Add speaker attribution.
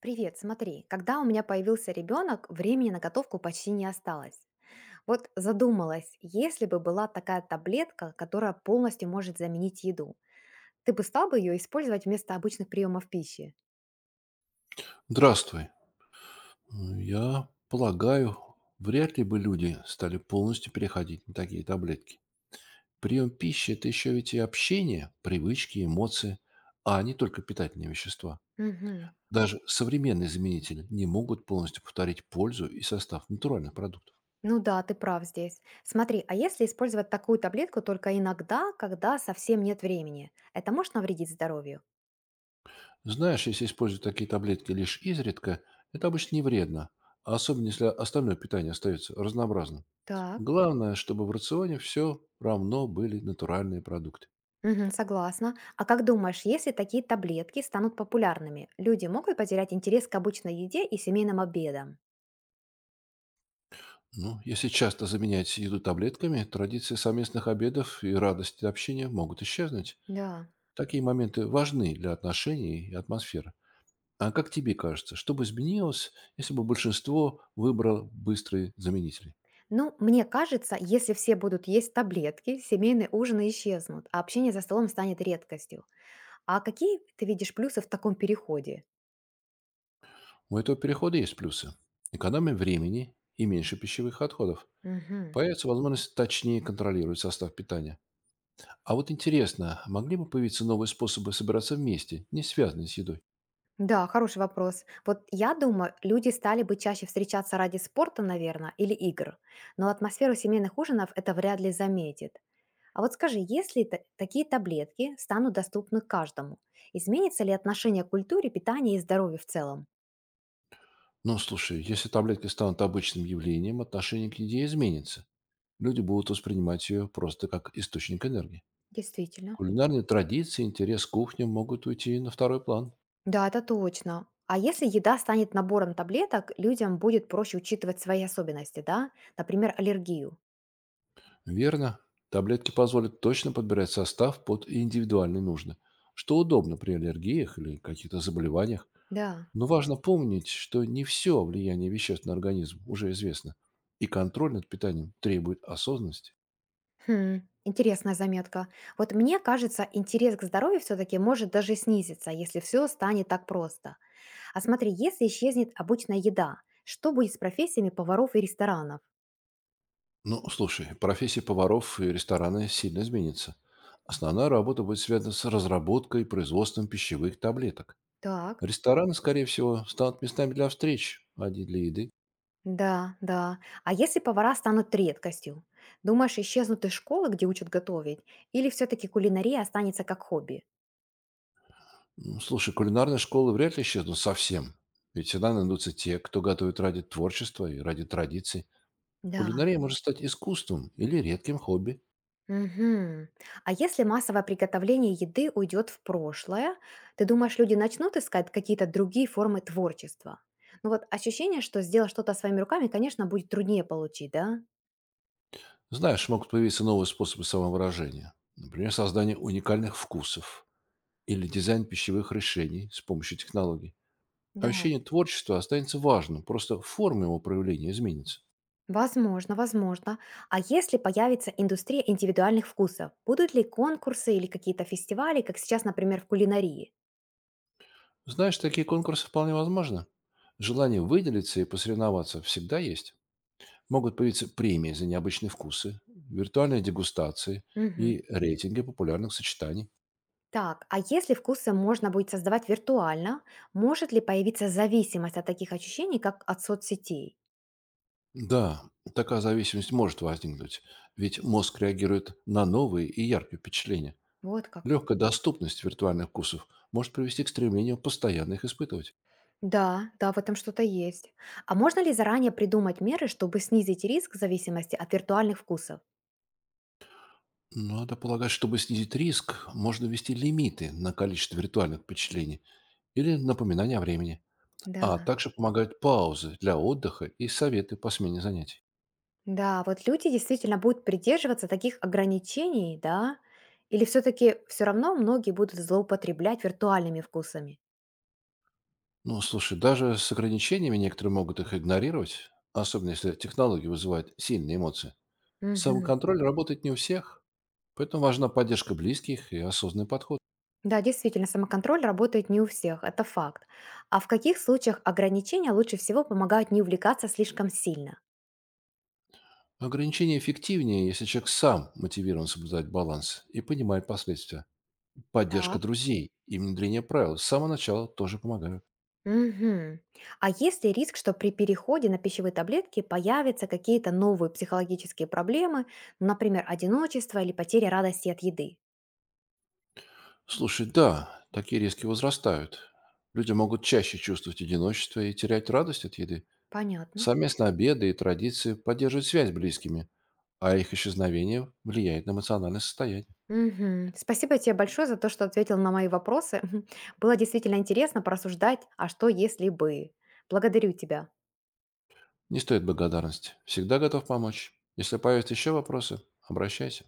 Speaker 1: Привет, смотри, когда у меня появился ребенок, времени на готовку почти не осталось. Вот задумалась, если бы была такая таблетка, которая полностью может заменить еду, ты бы стал бы ее использовать вместо обычных приемов пищи?
Speaker 2: Здравствуй. Я полагаю, вряд ли бы люди стали полностью переходить на такие таблетки. Прием пищи– это еще ведь и общение, привычки, эмоции, а не только питательные вещества.
Speaker 1: Мгм.
Speaker 2: Даже современные заменители не могут полностью повторить пользу и состав натуральных продуктов.
Speaker 1: Ну да, ты прав здесь. Смотри, а если использовать такую таблетку только иногда, когда совсем нет времени, это может навредить здоровью?
Speaker 2: Знаешь, если использовать такие таблетки лишь изредка, это обычно не вредно, а особенно если остальное питание остается разнообразным.
Speaker 1: Так.
Speaker 2: Главное, чтобы в рационе все равно были натуральные продукты.
Speaker 1: Мгм, согласна. А как думаешь, если такие таблетки станут популярными, люди могут потерять интерес к обычной еде и семейным обедам?
Speaker 2: Ну, если часто заменять еду таблетками, традиции совместных обедов и радость общения могут исчезнуть.
Speaker 1: Да.
Speaker 2: Такие моменты важны для отношений и атмосферы. А как тебе кажется, что бы изменилось, если бы большинство выбрало быстрые заменители?
Speaker 1: Ну, мне кажется, если все будут есть таблетки, семейные ужины исчезнут, а общение за столом станет редкостью. А какие ты видишь плюсы в таком переходе?
Speaker 2: У этого перехода есть плюсы. Экономия времени и меньше пищевых отходов.
Speaker 1: Мгм.
Speaker 2: Появится возможность точнее контролировать состав питания. А вот интересно, могли бы появиться новые способы собираться вместе, не связанные с едой?
Speaker 1: Да, хороший вопрос. Вот я думаю, люди стали бы чаще встречаться ради спорта, наверное, или игр. Но атмосферу семейных ужинов это вряд ли заметит. А вот скажи, если такие таблетки станут доступны каждому, изменится ли отношение к культуре, питанию и здоровью в целом?
Speaker 2: Ну, слушай, если таблетки станут обычным явлением, отношение к еде изменится. Люди будут воспринимать ее просто как источник энергии.
Speaker 1: Действительно.
Speaker 2: Кулинарные традиции, интерес к кухне могут уйти на второй план.
Speaker 1: Да, это точно. А если еда станет набором таблеток, людям будет проще учитывать свои особенности, да? Например, аллергию.
Speaker 2: Верно. Таблетки позволят точно подбирать состав под индивидуальные нужды, что удобно при аллергиях или каких-то заболеваниях.
Speaker 1: Да.
Speaker 2: Но важно помнить, что не все влияние веществ на организм уже известно, и контроль над питанием требует осознанности.
Speaker 1: Хм, интересная заметка. Вот мне кажется, интерес к здоровью все-таки может даже снизиться, если все станет так просто. А смотри, если исчезнет обычная еда, что будет с профессиями поваров и ресторанов?
Speaker 2: Ну, слушай, профессия поваров и рестораны сильно изменится. Основная работа будет связана с разработкой и производством пищевых таблеток.
Speaker 1: Так.
Speaker 2: Рестораны, скорее всего, станут местами для встреч, а не для еды.
Speaker 1: Да, да. А если повара станут редкостью? Думаешь, исчезнут из школы, где учат готовить? Или все-таки кулинария останется как хобби?
Speaker 2: Слушай, кулинарные школы вряд ли исчезнут совсем. Ведь всегда найдутся те, кто готовит ради творчества и ради традиций.
Speaker 1: Да.
Speaker 2: Кулинария может стать искусством или редким хобби.
Speaker 1: Мгм. А если массовое приготовление еды уйдет в прошлое, ты думаешь, люди начнут искать какие-то другие формы творчества? Ну вот ощущение, что сделать что-то своими руками, конечно, будет труднее получить, да?
Speaker 2: Знаешь, могут появиться новые способы самовыражения. Например, создание уникальных вкусов или дизайн пищевых решений с помощью технологий.
Speaker 1: Да.
Speaker 2: Ощущение творчества останется важным, просто форма его проявления изменится.
Speaker 1: Возможно, возможно. А если появится индустрия индивидуальных вкусов, будут ли конкурсы или какие-то фестивали, как сейчас, например, в кулинарии?
Speaker 2: Знаешь, такие конкурсы вполне возможно. Желание выделиться и посоревноваться всегда есть. Могут появиться премии за необычные вкусы, виртуальные дегустации
Speaker 1: Мгм.
Speaker 2: и рейтинги популярных сочетаний.
Speaker 1: Так, а если вкусы можно будет создавать виртуально, может ли появиться зависимость от таких ощущений, как от соцсетей?
Speaker 2: Да, такая зависимость может возникнуть, ведь мозг реагирует на новые и яркие впечатления.
Speaker 1: Вот как.
Speaker 2: Легкая доступность виртуальных вкусов может привести к стремлению постоянно их испытывать.
Speaker 1: Да, да, в этом что-то есть. А можно ли заранее придумать меры, чтобы снизить риск зависимости от виртуальных вкусов?
Speaker 2: Надо полагать, чтобы снизить риск, можно ввести лимиты на количество ритуальных впечатлений или напоминания о времени,
Speaker 1: Да.
Speaker 2: а также помогают паузы для отдыха и советы по смене занятий.
Speaker 1: Да, вот люди действительно будут придерживаться таких ограничений, да? Или все-таки все равно многие будут злоупотреблять виртуальными вкусами?
Speaker 2: Ну, слушай, даже с ограничениями некоторые могут их игнорировать, особенно если технологии вызывают сильные эмоции.
Speaker 1: Мгм.
Speaker 2: Самоконтроль работает не у всех, поэтому важна поддержка близких и осознанный подход.
Speaker 1: Да, действительно, самоконтроль работает не у всех, это факт. А в каких случаях ограничения лучше всего помогают не увлекаться слишком сильно?
Speaker 2: Ограничения эффективнее, если человек сам мотивирован соблюдать баланс и понимает последствия. Поддержка
Speaker 1: Так.
Speaker 2: друзей и внедрение правил с самого начала тоже помогают.
Speaker 1: Мгм. А есть ли риск, что при переходе на пищевые таблетки появятся какие-то новые психологические проблемы, ну, например, одиночество или потеря радости от еды?
Speaker 2: Слушай, да, такие риски возрастают. Люди могут чаще чувствовать одиночество и терять радость от еды.
Speaker 1: Понятно.
Speaker 2: Совместные обеды и традиции поддерживают связь с близкими, а их исчезновение влияет на эмоциональное состояние.
Speaker 1: Мгм. Спасибо тебе большое за то, что ответил на мои вопросы. Было действительно интересно порассуждать, а что если бы. Благодарю тебя.
Speaker 2: Не стоит благодарности. Всегда готов помочь. Если появятся еще вопросы, обращайся.